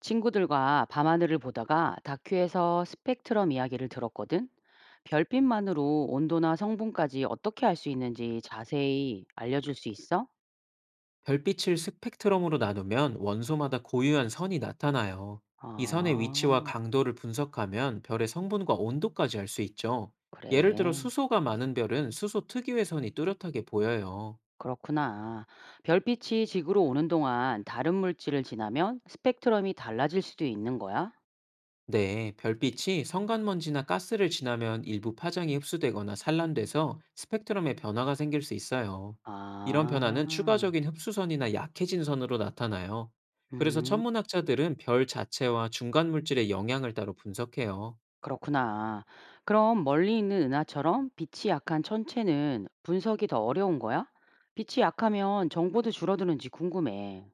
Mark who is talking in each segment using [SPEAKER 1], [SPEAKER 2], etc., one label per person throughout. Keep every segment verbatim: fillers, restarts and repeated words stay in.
[SPEAKER 1] 친구들과 밤하늘을 보다가 다큐에서 스펙트럼 이야기를 들었거든. 별빛만으로 온도나 성분까지 어떻게 알 수 있는지 자세히 알려줄 수 있어?
[SPEAKER 2] 별빛을 스펙트럼으로 나누면 원소마다 고유한 선이 나타나요. 이 선의 위치와
[SPEAKER 1] 아,
[SPEAKER 2] 강도를 분석하면 별의 성분과 온도까지 알 수 있죠. 예를 들어
[SPEAKER 1] 그래.
[SPEAKER 2] 수소가 많은 별은 수소 특유의 선이 뚜렷하게 보여요.
[SPEAKER 1] 그렇구나. 별빛이 지구로 오는 동안 다른 물질을 지나면 스펙트럼이 달라질 수도 있는 거야?
[SPEAKER 2] 네, 별빛이 성간먼지나 가스를 지나면 일부 파장이 흡수되거나 산란돼서 스펙트럼에 변화가 생길 수 있어요. 이런 변화는
[SPEAKER 1] 아,
[SPEAKER 2] 추가적인 흡수선이나 약해진 선으로 나타나요. 그래서
[SPEAKER 1] 음.
[SPEAKER 2] 천문학자들은 별 자체와 중간 물질의 영향을 따로 분석해요.
[SPEAKER 1] 그렇구나. 그럼 멀리 있는 은하처럼 빛이 약한 천체는 분석이 더 어려운 거야? 빛이 약하면 정보도 줄어드는지 궁금해.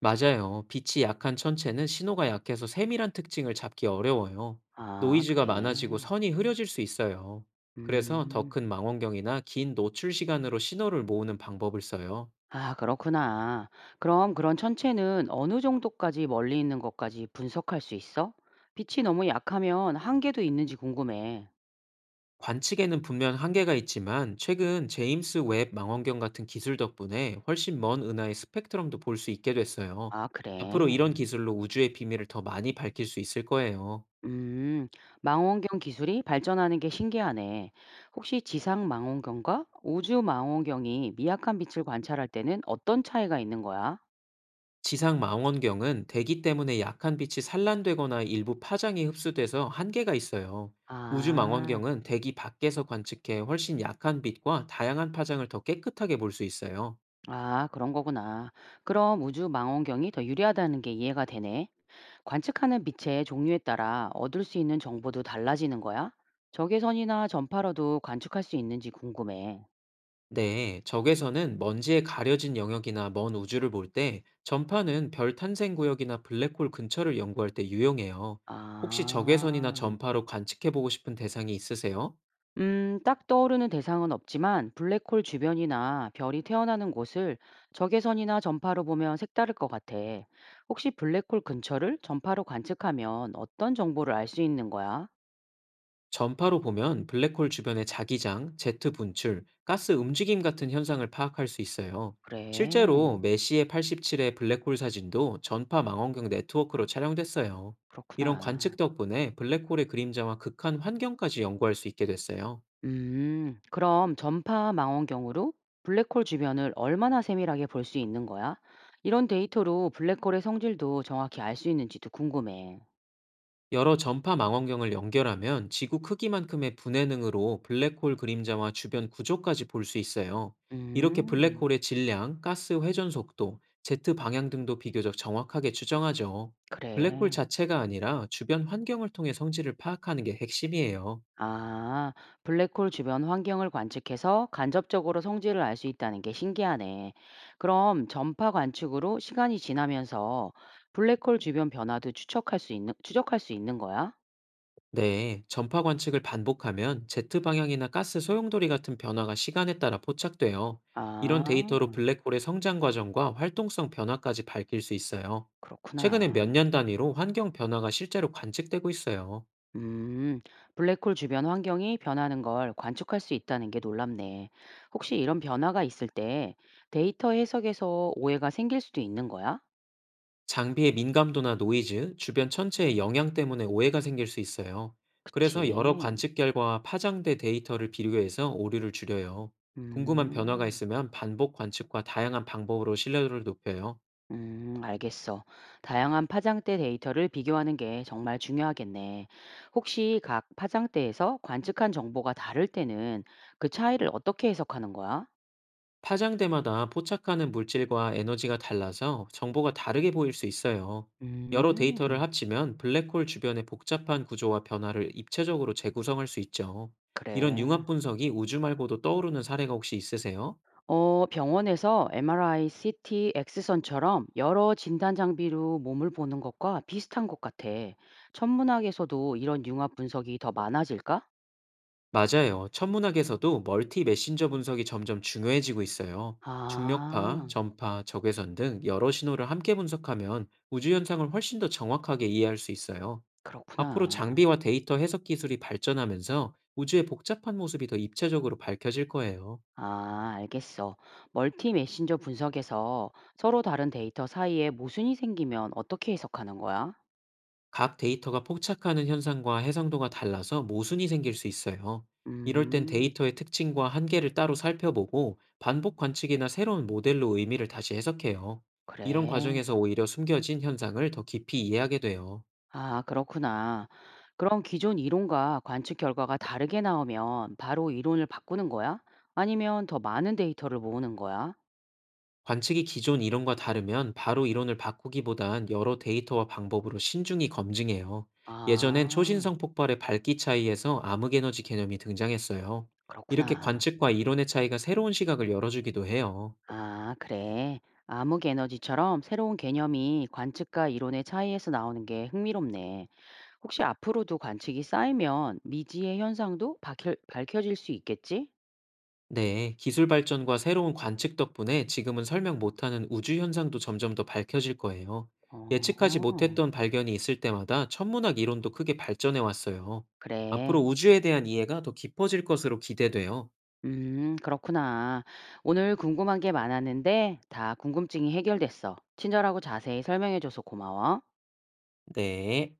[SPEAKER 2] 맞아요. 빛이 약한 천체는 신호가 약해서 세밀한 특징을 잡기 어려워요.
[SPEAKER 1] 아,
[SPEAKER 2] 노이즈가 많아지고
[SPEAKER 1] 그래.
[SPEAKER 2] 선이 흐려질 수 있어요. 그래서 더
[SPEAKER 1] 음.
[SPEAKER 2] 큰 망원경이나 긴 노출 시간으로 신호를 모으는 방법을 써요.
[SPEAKER 1] 아, 그렇구나. 그럼 그런 천체는 어느 정도까지 멀리 있는 것까지 분석할 수 있어? 빛이 너무 약하면 한계도 있는지 궁금해.
[SPEAKER 2] 관측에는 분명 한계가 있지만 최근 제임스 웹 망원경 같은 기술 덕분에 훨씬 먼 은하의 스펙트럼도 볼 수 있게 됐어요.
[SPEAKER 1] 아,
[SPEAKER 2] 앞으로 이런
[SPEAKER 1] 그래.
[SPEAKER 2] 기술로 우주의 비밀을 더 많이 밝힐 수 있을 거예요.
[SPEAKER 1] 음, 망원경 기술이 발전하는 게 신기하네. 혹시 지상 망원경과 우주 망원경이 미약한 빛을 관찰할 때는 어떤 차이가 있는 거야?
[SPEAKER 2] 지상 망원경은 대기 때문에 약한 빛이 산란되거나 일부 파장이 흡수돼서 한계가 있어요. 우주
[SPEAKER 1] 아,
[SPEAKER 2] 망원경은 대기 밖에서 관측해 훨씬 약한 빛과 다양한 파장을 더 깨끗하게 볼 수 있어요.
[SPEAKER 1] 아, 그런 거구나. 그럼 우주 망원경이 더 유리하다는 게 이해가 되네. 관측하는 빛의 종류에 따라 얻을 수 있는 정보도 달라지는 거야? 적외선이나 전파로도 관측할 수 있는지 궁금해.
[SPEAKER 2] 네, 적외선은 먼지에 가려진 영역이나 먼 우주를 볼 때, 전파는 별 탄생 구역이나 블랙홀 근처를 연구할 때 유용해요. 혹시 적외선이나
[SPEAKER 1] 아.
[SPEAKER 2] 전파로 관측해 보고 싶은 대상이 있으세요?
[SPEAKER 1] 음, 딱 떠오르는 대상은 없지만 블랙홀 주변이나 별이 태어나는 곳을 적외선이나 전파로 보면 색다를 것 같아. 혹시 블랙홀 근처를 전파로 관측하면 어떤 정보를 알 수 있는 거야?
[SPEAKER 2] 전파로 보면 블랙홀 주변의 자기장, 제트 분출, 가스 움직임 같은 현상을 파악할 수 있어요. 실제로
[SPEAKER 1] 그래,
[SPEAKER 2] 메시의 팔십칠의 블랙홀 사진도 전파 망원경 네트워크로 촬영됐어요. 이런
[SPEAKER 1] 그렇구나.
[SPEAKER 2] 관측 덕분에 블랙홀의 그림자와 극한 환경까지 연구할 수 있게 됐어요.
[SPEAKER 1] 음, 그럼 전파 망원경으로 블랙홀 주변을 얼마나 세밀하게 볼 수 있는 거야? 이런 데이터로 블랙홀의 성질도 정확히 알 수 있는지도 궁금해.
[SPEAKER 2] 여러 전파 망원경을 연결하면 지구 크기만큼의 분해능으로 블랙홀 그림자와 주변 구조까지 볼 수 있어요. 이렇게
[SPEAKER 1] 음,
[SPEAKER 2] 블랙홀의 질량, 가스 회전 속도, 제트 방향 등도 비교적 정확하게 추정하죠. 블랙홀
[SPEAKER 1] 그래.
[SPEAKER 2] 자체가 아니라 주변 환경을 통해 성질을 파악하는 게 핵심이에요.
[SPEAKER 1] 아, 블랙홀 주변 환경을 관측해서 간접적으로 성질을 알 수 있다는 게 신기하네. 그럼 전파 관측으로 시간이 지나면서 블랙홀 주변 변화도 추적할 수 있는, 추적할 수 있는 거야?
[SPEAKER 2] 네, 전파 관측을 반복하면 제트 방향이나 가스 소용돌이 같은 변화가 시간에 따라 포착돼요. 이런 데이터로
[SPEAKER 1] 아,
[SPEAKER 2] 블랙홀의 성장 과정과 활동성 변화까지 밝힐 수 있어요. 최근에 몇
[SPEAKER 1] 그렇구나.
[SPEAKER 2] 년 단위로 환경 변화가 실제로 관측되고 있어요.
[SPEAKER 1] 음, 블랙홀 주변 환경이 변하는 걸 관측할 수 있다는 게 놀랍네. 혹시 이런 변화가 있을 때 데이터 해석에서 오해가 생길 수도 있는 거야?
[SPEAKER 2] 장비의 민감도나 노이즈, 주변 천체의 영향 때문에 오해가 생길 수 있어요. 그래서 여러
[SPEAKER 1] 그치.
[SPEAKER 2] 관측 결과와 파장대 데이터를 비교해서 오류를 줄여요. 궁금한 변화가
[SPEAKER 1] 음.
[SPEAKER 2] 있으면 반복 관측과 다양한 방법으로 신뢰도를 높여요.
[SPEAKER 1] 음, 알겠어. 다양한 파장대 데이터를 비교하는 게 정말 중요하겠네. 혹시 각 파장대에서 관측한 정보가 다를 때는 그 차이를 어떻게 해석하는 거야?
[SPEAKER 2] 파장대마다 포착하는 물질과 에너지가 달라서 정보가 다르게 보일 수 있어요. 여러 데이터를
[SPEAKER 1] 음,
[SPEAKER 2] 합치면 블랙홀 주변의 복잡한 구조와 변화를 입체적으로 재구성할 수 있죠. 이런
[SPEAKER 1] 그래.
[SPEAKER 2] 융합 분석이 우주 말고도 떠오르는 사례가 혹시 있으세요?
[SPEAKER 1] 어, 병원에서 엠아르아이, 씨티, 엑스선처럼 여러 진단 장비로 몸을 보는 것과 비슷한 것 같아. 천문학에서도 이런 융합 분석이 더 많아질까?
[SPEAKER 2] 맞아요. 천문학에서도 멀티 메신저 분석이 점점 중요해지고 있어요. 중력파,
[SPEAKER 1] 아,
[SPEAKER 2] 전파, 적외선 등 여러 신호를 함께 분석하면 우주 현상을 훨씬 더 정확하게 이해할 수 있어요. 앞으로
[SPEAKER 1] 그렇구나.
[SPEAKER 2] 장비와 데이터 해석 기술이 발전하면서 우주의 복잡한 모습이 더 입체적으로 밝혀질 거예요.
[SPEAKER 1] 아, 알겠어. 멀티 메신저 분석에서 서로 다른 데이터 사이에 모순이 생기면 어떻게 해석하는 거야?
[SPEAKER 2] 각 데이터가 포착하는 현상과 해상도가 달라서 모순이 생길 수 있어요. 이럴 땐
[SPEAKER 1] 음,
[SPEAKER 2] 데이터의 특징과 한계를 따로 살펴보고 반복 관측이나 새로운 모델로 의미를 다시 해석해요. 이런
[SPEAKER 1] 그래.
[SPEAKER 2] 과정에서 오히려 숨겨진 현상을 더 깊이 이해하게 돼요.
[SPEAKER 1] 아, 그렇구나. 그럼 기존 이론과 관측 결과가 다르게 나오면 바로 이론을 바꾸는 거야? 아니면 더 많은 데이터를 모으는 거야?
[SPEAKER 2] 관측이 기존 이론과 다르면 바로 이론을 바꾸기보단 여러 데이터와 방법으로 신중히 검증해요. 예전엔
[SPEAKER 1] 아,
[SPEAKER 2] 초신성 폭발의 밝기 차이에서 암흑 에너지 개념이 등장했어요. 이렇게
[SPEAKER 1] 그렇구나.
[SPEAKER 2] 관측과 이론의 차이가 새로운 시각을 열어주기도 해요.
[SPEAKER 1] 아, 그래. 암흑 에너지처럼 새로운 개념이 관측과 이론의 차이에서 나오는 게 흥미롭네. 혹시 앞으로도 관측이 쌓이면 미지의 현상도 밝혀, 밝혀질 수 있겠지?
[SPEAKER 2] 네, 기술 발전과 새로운 관측 덕분에 지금은 설명 못하는 우주 현상도 점점 더 밝혀질 거예요. 예측하지
[SPEAKER 1] 어,
[SPEAKER 2] 못했던 발견이 있을 때마다 천문학 이론도 크게 발전해 왔어요.
[SPEAKER 1] 그래.
[SPEAKER 2] 앞으로 우주에 대한 이해가 더 깊어질 것으로 기대돼요.
[SPEAKER 1] 음, 그렇구나. 오늘 궁금한 게 많았는데 다 궁금증이 해결됐어. 친절하고 자세히 설명해줘서 고마워.
[SPEAKER 2] 네.